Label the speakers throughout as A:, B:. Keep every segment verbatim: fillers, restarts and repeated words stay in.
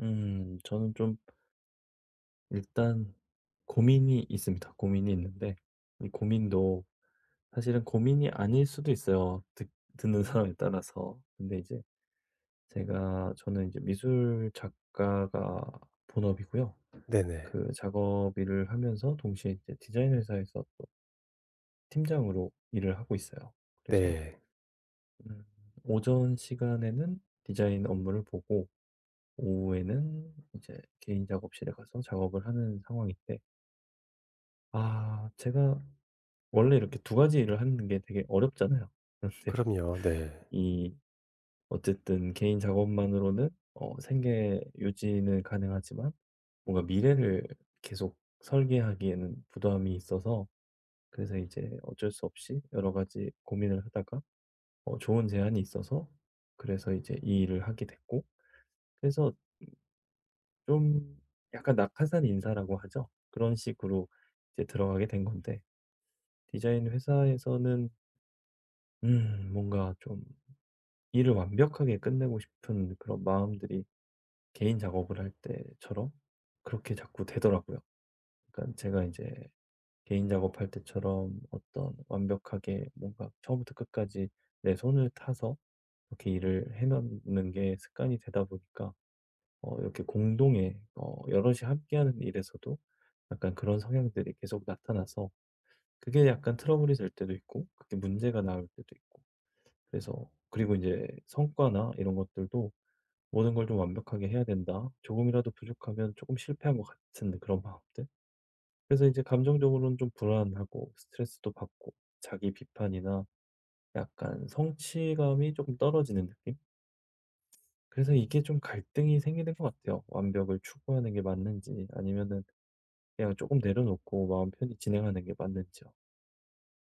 A: 음 저는 좀 일단 고민이 있습니다. 고민이 있는데 이 고민도 사실은 고민이 아닐 수도 있어요, 듣 듣는 사람에 따라서. 근데 이제 제가 저는 이제 미술 작가가 본업이고요.
B: 네네.
A: 그 작업 일을 하면서 동시에 이제 디자인 회사에서 또 팀장으로 일을 하고 있어요. 그래서
B: 네.
A: 음 오전 시간에는 디자인 업무를 보고 오후에는 이제 개인 작업실에 가서 작업을 하는 상황인데, 아, 제가 원래 이렇게 두 가지 일을 하는 게 되게 어렵잖아요. 그런데
B: 그럼요. 네.
A: 이 어쨌든 개인 작업만으로는 어 생계 유지는 가능하지만, 뭔가 미래를 계속 설계하기에는 부담이 있어서, 그래서 이제 어쩔 수 없이 여러 가지 고민을 하다가 어 좋은 제안이 있어서, 그래서 이제 이 일을 하게 됐고, 그래서 좀, 약간 낙하산 인사라고 하죠. 그런 식으로 이제 들어가게 된 건데, 디자인 회사에서는 음 뭔가 좀 일을 완벽하게 끝내고 싶은 그런 마음들이 개인 작업을 할 때처럼 그렇게 자꾸 되더라고요. 그러니까 제가 이제 개인 작업할 때처럼 어떤 완벽하게 뭔가 처음부터 끝까지 내 손을 타서 이렇게 일을 해 놓는 게 습관이 되다 보니까, 어 이렇게 공동의, 어 여럿이 함께하는 일에서도 약간 그런 성향들이 계속 나타나서, 그게 약간 트러블이 될 때도 있고, 그게 문제가 나올 때도 있고. 그래서, 그리고 이제 성과나 이런 것들도 '모든 걸 좀 완벽하게 해야 된다.' 조금이라도 부족하면 조금 실패한 것 같은 그런 마음들. 그래서 이제 감정적으로는 좀 불안하고 스트레스도 받고, 자기 비판이나 약간 성취감이 조금 떨어지는 느낌? 그래서 이게 좀 갈등이 생기는 것 같아요. 완벽을 추구하는 게 맞는지, 아니면은 그냥 조금 내려놓고 마음 편히 진행하는 게 맞는지요.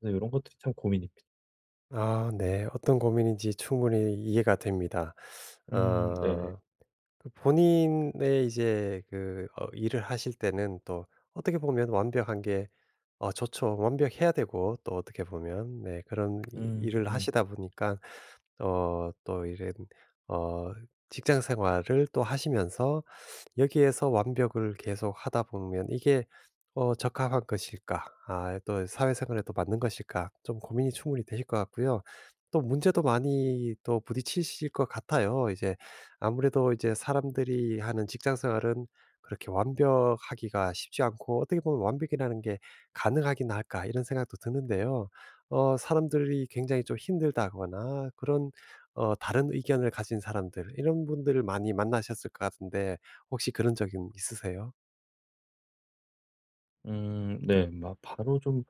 A: 그래서 이런 것들이 참 고민입니다.
B: 아 네. 어떤 고민인지 충분히 이해가 됩니다.
A: 음, 네네.
B: 어 그 본인의 이제 그 어 일을 하실 때는 또 어떻게 보면 완벽한 게 어 좋죠. 완벽해야 되고 또 어떻게 보면 네, 그런 이
A: 음,
B: 일을
A: 음.
B: 하시다 보니까 어 또 이런 어 직장 생활을 또 하시면서 여기에서 완벽을 계속 하다 보면 이게 어 적합한 것일까? 아 또 사회생활에 또 맞는 것일까? 좀 고민이 충분히 되실 것 같고요. 또 문제도 많이 또 부딪히실 것 같아요. 이제 아무래도 이제 사람들이 하는 직장 생활은 그렇게 완벽하기가 쉽지 않고, 어떻게 보면 '완벽이라는 게 가능하긴 할까?' 이런 생각도 드는데요. 어 사람들이 굉장히 좀 힘들다거나 그런, 어 다른 의견을 가진 사람들, 이런 분들을 많이 만나셨을 것 같은데 혹시 그런 적은 있으세요?
A: 음, 네. 막 바로 좀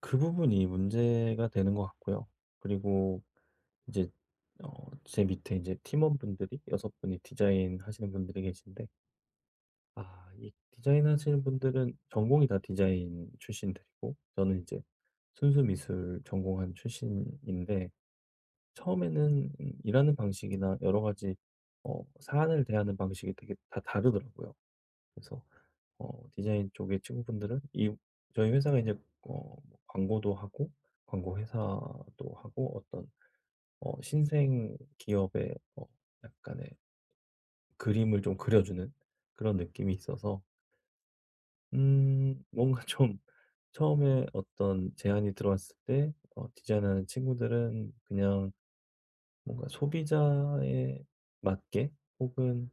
A: 그 부분이 문제가 되는 것 같고요. 그리고 이제 어 제 밑에 이제 팀원분들이 여섯 분이 디자인 하시는 분들이 계신데, 아, 이 디자인 하시는 분들은 전공이 다 디자인 출신들이고 저는 이제 순수 미술 전공한 출신인데, 처음에는 음 일하는 방식이나 여러 가지 어 사안을 대하는 방식이 되게 다 다르더라고요. 그래서 어 디자인 쪽의 친구분들은, 이 저희 회사가 이제 어 뭐 광고도 하고 광고 회사도 하고, 어떤 어 신생 기업의 어 약간의 그림을 좀 그려주는 그런 느낌이 있어서, 음 뭔가 좀, 처음에 어떤 제안이 들어왔을 때 어 디자인하는 친구들은 그냥 뭔가 소비자에 맞게 혹은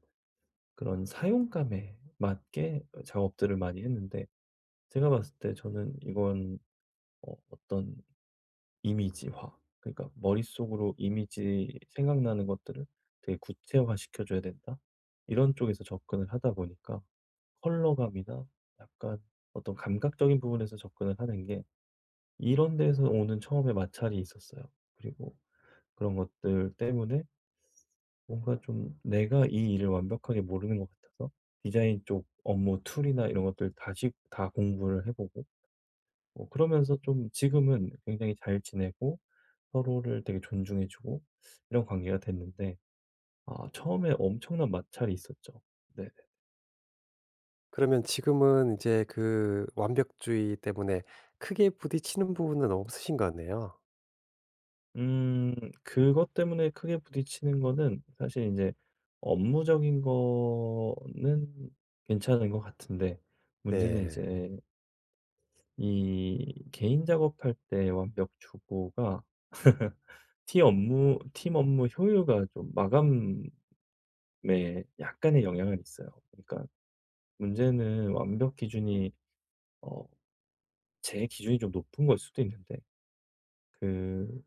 A: 그런 사용감에 맞게 작업들을 많이 했는데, 제가 봤을 때 저는 이건 어, 어떤 이미지화. 그러니까 머릿속으로 이미지 생각나는 것들을 되게 구체화 시켜줘야 된다. 이런 쪽에서 접근을 하다 보니까 컬러감이나 약간 어떤 감각적인 부분에서 접근을 하는 게, 이런 데서 오는 처음에 마찰이 있었어요. 그리고 그런 것들 때문에 뭔가 좀 내가 이 일을 완벽하게 모르는 것 같아서 디자인 쪽 업무 툴이나 이런 것들 다시 다 공부를 해보고, 어 그러면서 좀 지금은 굉장히 잘 지내고 서로를 되게 존중해 주고 이런 관계가 됐는데, 아, 처음에 엄청난 마찰이 있었죠. 네.
B: 그러면 지금은 이제 그 완벽주의 때문에 크게 부딪히는 부분은 없으신 거네요.
A: 음. 그것 때문에 크게 부딪히는 거는 사실 이제 업무적인 거는 괜찮은 것 같은데, 문제는
B: 네.
A: 이제 이 개인 작업할 때 완벽 주고가 팀 업무 팀 업무 효율과 좀 마감에 약간의 영향을 있어요. 그러니까 문제는 완벽 기준이, 어 제 기준이 좀 높은 걸 수도 있는데, 그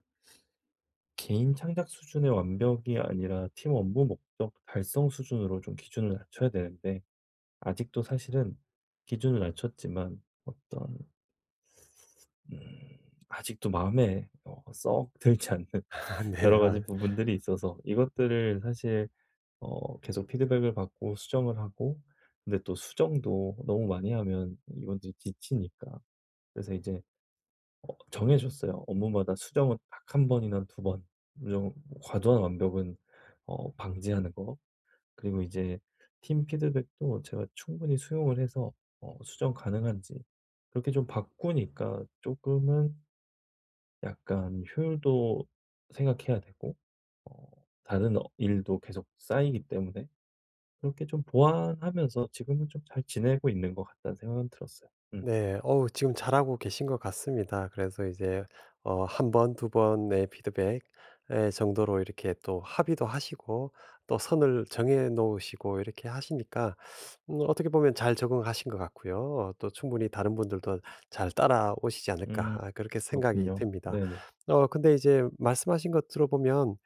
A: 개인 창작 수준의 완벽이 아니라 팀 업무 목적 달성 수준으로 좀 기준을 낮춰야 되는데, 아직도 사실은 기준을 낮췄지만 어떤, 음 아직도 마음에 어 썩 들지 않는
B: 아 네.
A: 여러 가지
B: 아.
A: 부분들이 있어서, 이것들을 사실 어 계속 피드백을 받고 수정을 하고, 근데 또 수정도 너무 많이 하면 이분들이 지치니까, 그래서 이제 어 정해졌어요. 업무마다 수정은 딱 한 번이나 두 번. 좀 과도한 완벽은 어 방지하는 거. 그리고 이제 팀 피드백도 제가 충분히 수용을 해서 어 수정 가능한지, 그렇게 좀 바꾸니까 조금은 약간 효율도 생각해야 되고 어 다른 어 일도 계속 쌓이기 때문에, 그렇게 좀 보완하면서 지금은 좀 잘 지내고 있는 것 같다는 생각은 들었어요. 음.
B: 네. 어우, 지금 잘하고 계신 것 같습니다. 그래서 이제 어 한 번 두 번의 피드백 예 정도로 이렇게 또 합의도 하시고, 또 선을 정해 놓으시고 이렇게 하시니까, 음 어떻게 보면 잘 적응하신 것 같고요. 어, 또 충분히 다른 분들도 '잘 따라오시지 않을까.'
A: 음.
B: 아 그렇게 생각이
A: 그렇군요.
B: 듭니다.
A: 네네.
B: 어 근데 이제 말씀하신 것 들어보면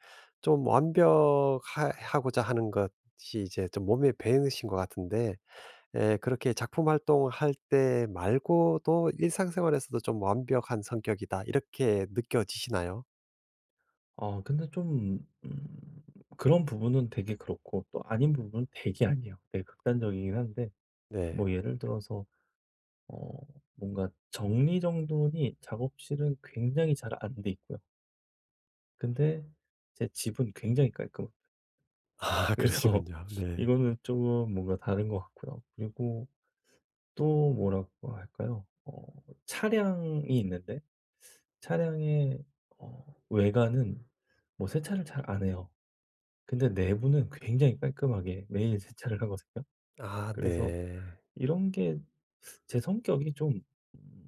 B: 좀 완벽하 하고자 하는 것이 이제 좀 몸에 배으신 것 같은데, 예 그렇게 '작품 활동할 때 말고도 일상생활에서도 좀 완벽한 성격이다.' 이렇게 느껴지시나요?
A: 어 근데 좀, 음 그런 부분은 되게 그렇고 또 아닌 부분은 되게 아니에요. 되게 극단적이긴 한데,
B: 네.
A: 뭐 예를 들어서 어 뭔가 정리정돈이 작업실은 굉장히 잘 안 돼 있고요. 근데 제 집은 굉장히 깔끔해요.
B: 아
A: 그래서
B: 그러시군요. 네.
A: 이거는 조금 뭔가 다른 것 같고요. 그리고 또 뭐라고 할까요? 어 차량이 있는데 차량의 어 외관은 뭐 세차를 잘 안 해요. 근데 내부는 굉장히 깔끔하게 매일 세차를 하거든요.
B: 아
A: 그래서
B: 네.
A: 이런 게 제 성격이 좀, 음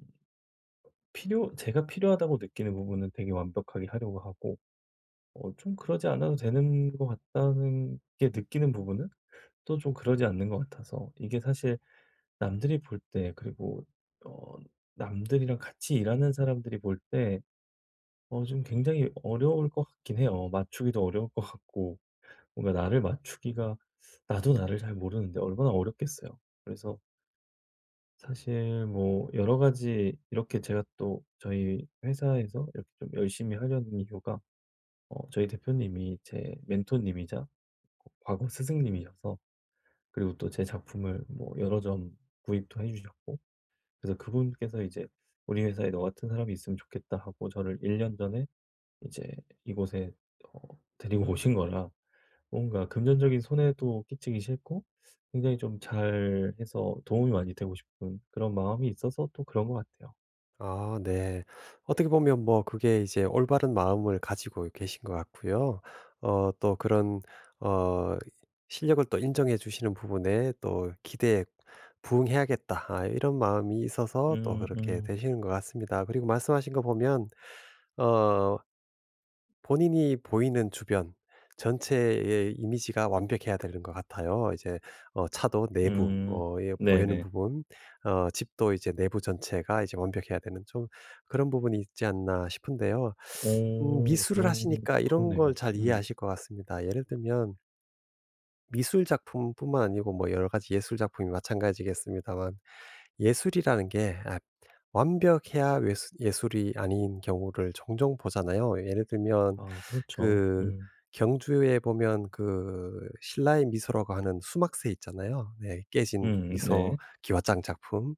A: 필요 제가 필요하다고 느끼는 부분은 되게 완벽하게 하려고 하고, 어 좀 그러지 않아도 되는 것 같다는 게 느끼는 부분은 또 좀 그러지 않는 것 같아서, 이게 사실 남들이 볼 때, 그리고 어 남들이랑 같이 일하는 사람들이 볼 때 어 좀 굉장히 어려울 것 같긴 해요. 맞추기도 어려울 것 같고. 뭔가 나를 맞추기가, 나도 나를 잘 모르는데 얼마나 어렵겠어요. 그래서 사실 뭐 여러 가지, 이렇게 제가 또 저희 회사에서 이렇게 좀 열심히 하려는 이유가, 어 저희 대표님이 제 멘토님이자 과거 스승님이셔서, 그리고 또 제 작품을 뭐 여러 점 구입도 해 주셨고, 그래서 그분께서 이제 "우리 회사에 너 같은 사람이 있으면 좋겠다." 하고 저를 일 년 전에 이제 이곳에 어 데리고 오신 거라, 뭔가 금전적인 손해도 끼치기 싫고 굉장히 좀 잘해서 도움이 많이 되고 싶은 그런 마음이 있어서 또 그런 것 같아요.
B: 아 네. 어떻게 보면 뭐 그게 이제 올바른 마음을 가지고 계신 것 같고요. 어 또 그런 어 실력을 또 인정해 주시는 부분에 또 '기대에 부응해야겠다.' 아 이런 마음이 있어서 또
A: 음.
B: 그렇게
A: 음.
B: 되시는 것 같습니다. 그리고 말씀하신 거 보면 어 본인이 보이는 주변 전체의 이미지가 완벽해야 되는 것 같아요. 이제 어 차도 내부,
A: 음.
B: 어 예 보이는
A: 네네.
B: 부분, 어 집도 이제 내부 전체가 이제 완벽해야 되는 좀 그런 부분이 있지 않나 싶은데요. 음
A: 오,
B: 미술을
A: 그런
B: 하시니까 이런 걸
A: 그러네요.
B: 잘
A: 음.
B: 이해하실 것 같습니다. 예를 들면 미술 작품뿐만 아니고 뭐 여러 가지 예술 작품이 마찬가지겠습니다만, 예술이라는 게 아 완벽해야 수 예술이 아닌 경우를 종종 보잖아요. 예를 들면
A: 아, 그렇죠.
B: 그
A: 음.
B: 경주에 보면 그 신라의 미소라고 하는 수막새 있잖아요. 네. 깨진
A: 음.
B: 미소
A: 네.
B: 기와장 작품.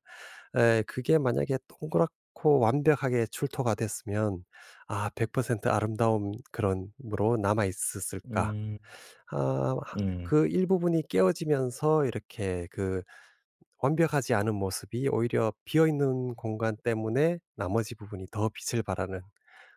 B: 에 그게 만약에 동그랗고 완벽하게 출토가 됐으면 '아 백 퍼센트 아름다움 그런 으로 남아 있었을까.'
A: 음.
B: 아
A: 음.
B: 그 일부분이 깨어지면서 이렇게 그 완벽하지 않은 모습이 오히려 비어 있는 공간 때문에 나머지 부분이 더 빛을 발하는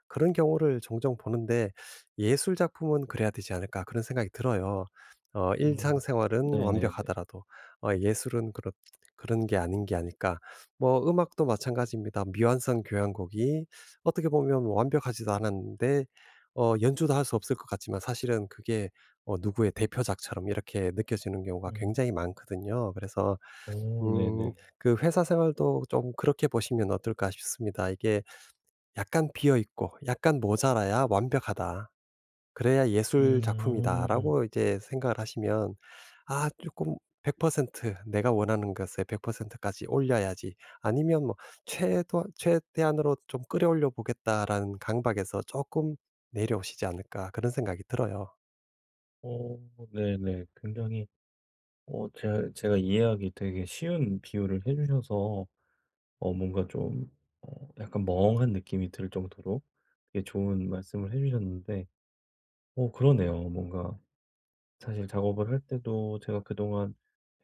B: 그런 경우를 종종 보는데, '예술 작품은 그래야 되지 않을까.' 그런 생각이 들어요. 어
A: 음.
B: '일상생활은
A: 네네네.
B: 완벽하더라도 어 예술은 그렇 그런 게 아닌 게 아닐까.' 뭐 음악도 마찬가지입니다. 미완성 교향곡이 어떻게 보면 완벽하지도 않았는데 어 연주도 할 수 없을 것 같지만 사실은 그게 어 누구의 대표작처럼 이렇게 느껴지는 경우가
A: 음.
B: 굉장히 많거든요. 그래서
A: 오,
B: 음
A: 네네.
B: 그 회사 생활도 좀 그렇게 보시면 어떨까 싶습니다. 이게 약간 비어 있고 약간 모자라야 완벽하다. 그래야 예술
A: 음.
B: 작품이다라고 이제 생각을 하시면, 아 조금 백 퍼센트 내가 원하는 것의 백 퍼센트 까지 올려야지, 아니면 뭐 최도 '최대한으로 좀 끌어올려 보겠다.'라는 강박에서 조금 내려오시지 않을까, 그런 생각이 들어요.
A: 오, 네네. 굉장히 어 제가 제가 이해하기 되게 쉬운 비유를 해 주셔서, 어 뭔가 좀, 어 약간 멍한 느낌이 들 정도로 되게 좋은 말씀을 해 주셨는데, 어 그러네요. 뭔가 사실 작업을 할 때도 제가 그동안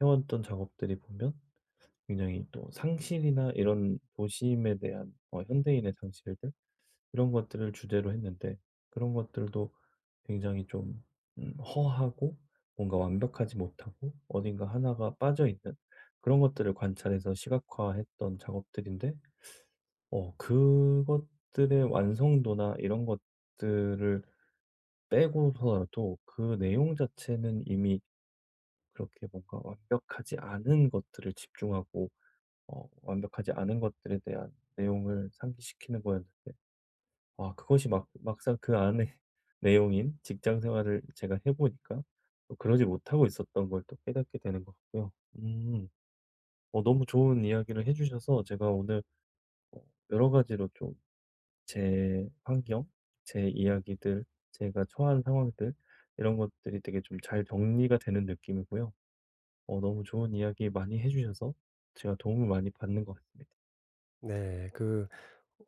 A: 해왔던 작업들이 보면, 굉장히 또 상실이나 이런 도심에 대한 어 현대인의 상실들, 이런 것들을 주제로 했는데, 그런 것들도 굉장히 좀, 음 허하고 뭔가 완벽하지 못하고 어딘가 하나가 빠져있는 그런 것들을 관찰해서 시각화했던 작업들인데, 어 그것들의 완성도나 이런 것들을 빼고서라도 그 내용 자체는 이미 그렇게 뭔가 완벽하지 않은 것들을 집중하고 어 완벽하지 않은 것들에 대한 내용을 상기시키는 거였는데, 아, 그것이 막 막상 그 안에 내용인 직장 생활을 제가 해 보니까, 또 그러지 못하고 있었던 걸 또 깨닫게 되는 것 같고요. 음. 어 너무 좋은 이야기를 해 주셔서 제가 오늘, 어 여러 가지로 좀 제 환경, 제 이야기들, 제가 처한 상황들, 이런 것들이 되게 좀 잘 정리가 되는 느낌이고요. 어 너무 좋은 이야기 많이 해 주셔서 제가 도움을 많이 받는 것 같습니다.
B: 네. 그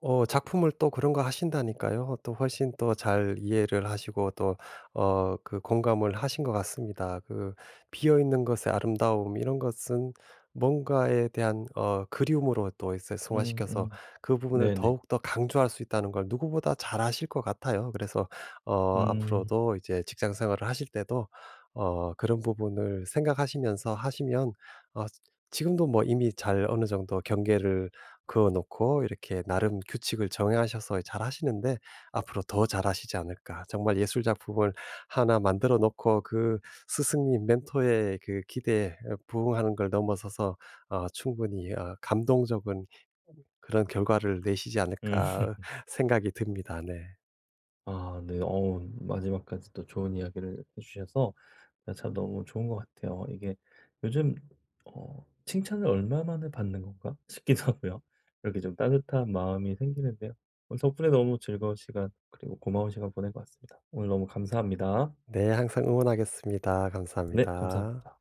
B: 어 작품을 또 그런 거 하신다니까요. 또 훨씬 또 잘 이해를 하시고 또 어 그 공감을 하신 것 같습니다. 그 비어 있는 것의 아름다움 이런 것은 뭔가에 대한 어 그리움으로 또 이제
A: 음.
B: 승화시켜서
A: 음.
B: 그 부분을
A: 네네.
B: 더욱더 강조할 수 있다는 걸 누구보다 잘 아실 것 같아요. 그래서 어
A: 음.
B: 앞으로도 이제 직장 생활을 하실 때도 어 그런 부분을 생각하시면서 하시면, 어 지금도 뭐 이미 잘 어느 정도 경계를 그어 놓고 이렇게 나름 규칙을 정하셔서 잘하시는데, 앞으로 더 잘하시지 않을까. 정말 예술 작품을 하나 만들어 놓고 그 스승님, 멘토의 그 기대에 부응하는 걸 넘어서서 어 충분히 어 감동적인 그런 결과를 내시지
A: 음.
B: 않을까 생각이 듭니다. 네.
A: 아, 네. 어우, 마지막까지 또 좋은 이야기를 해 주셔서 아 참 너무 좋은 것 같아요. 이게 요즘 어 '칭찬을 얼마 만에 받는 건가?' 싶기도 하고요. 이렇게 좀 따뜻한 마음이 생기는데요. 오늘 덕분에 너무 즐거운 시간 그리고 고마운 시간 보낸 것 같습니다. 오늘 너무 감사합니다.
B: 네. 항상 응원하겠습니다.
A: 네,
B: 감사합니다.
A: 감사합니다.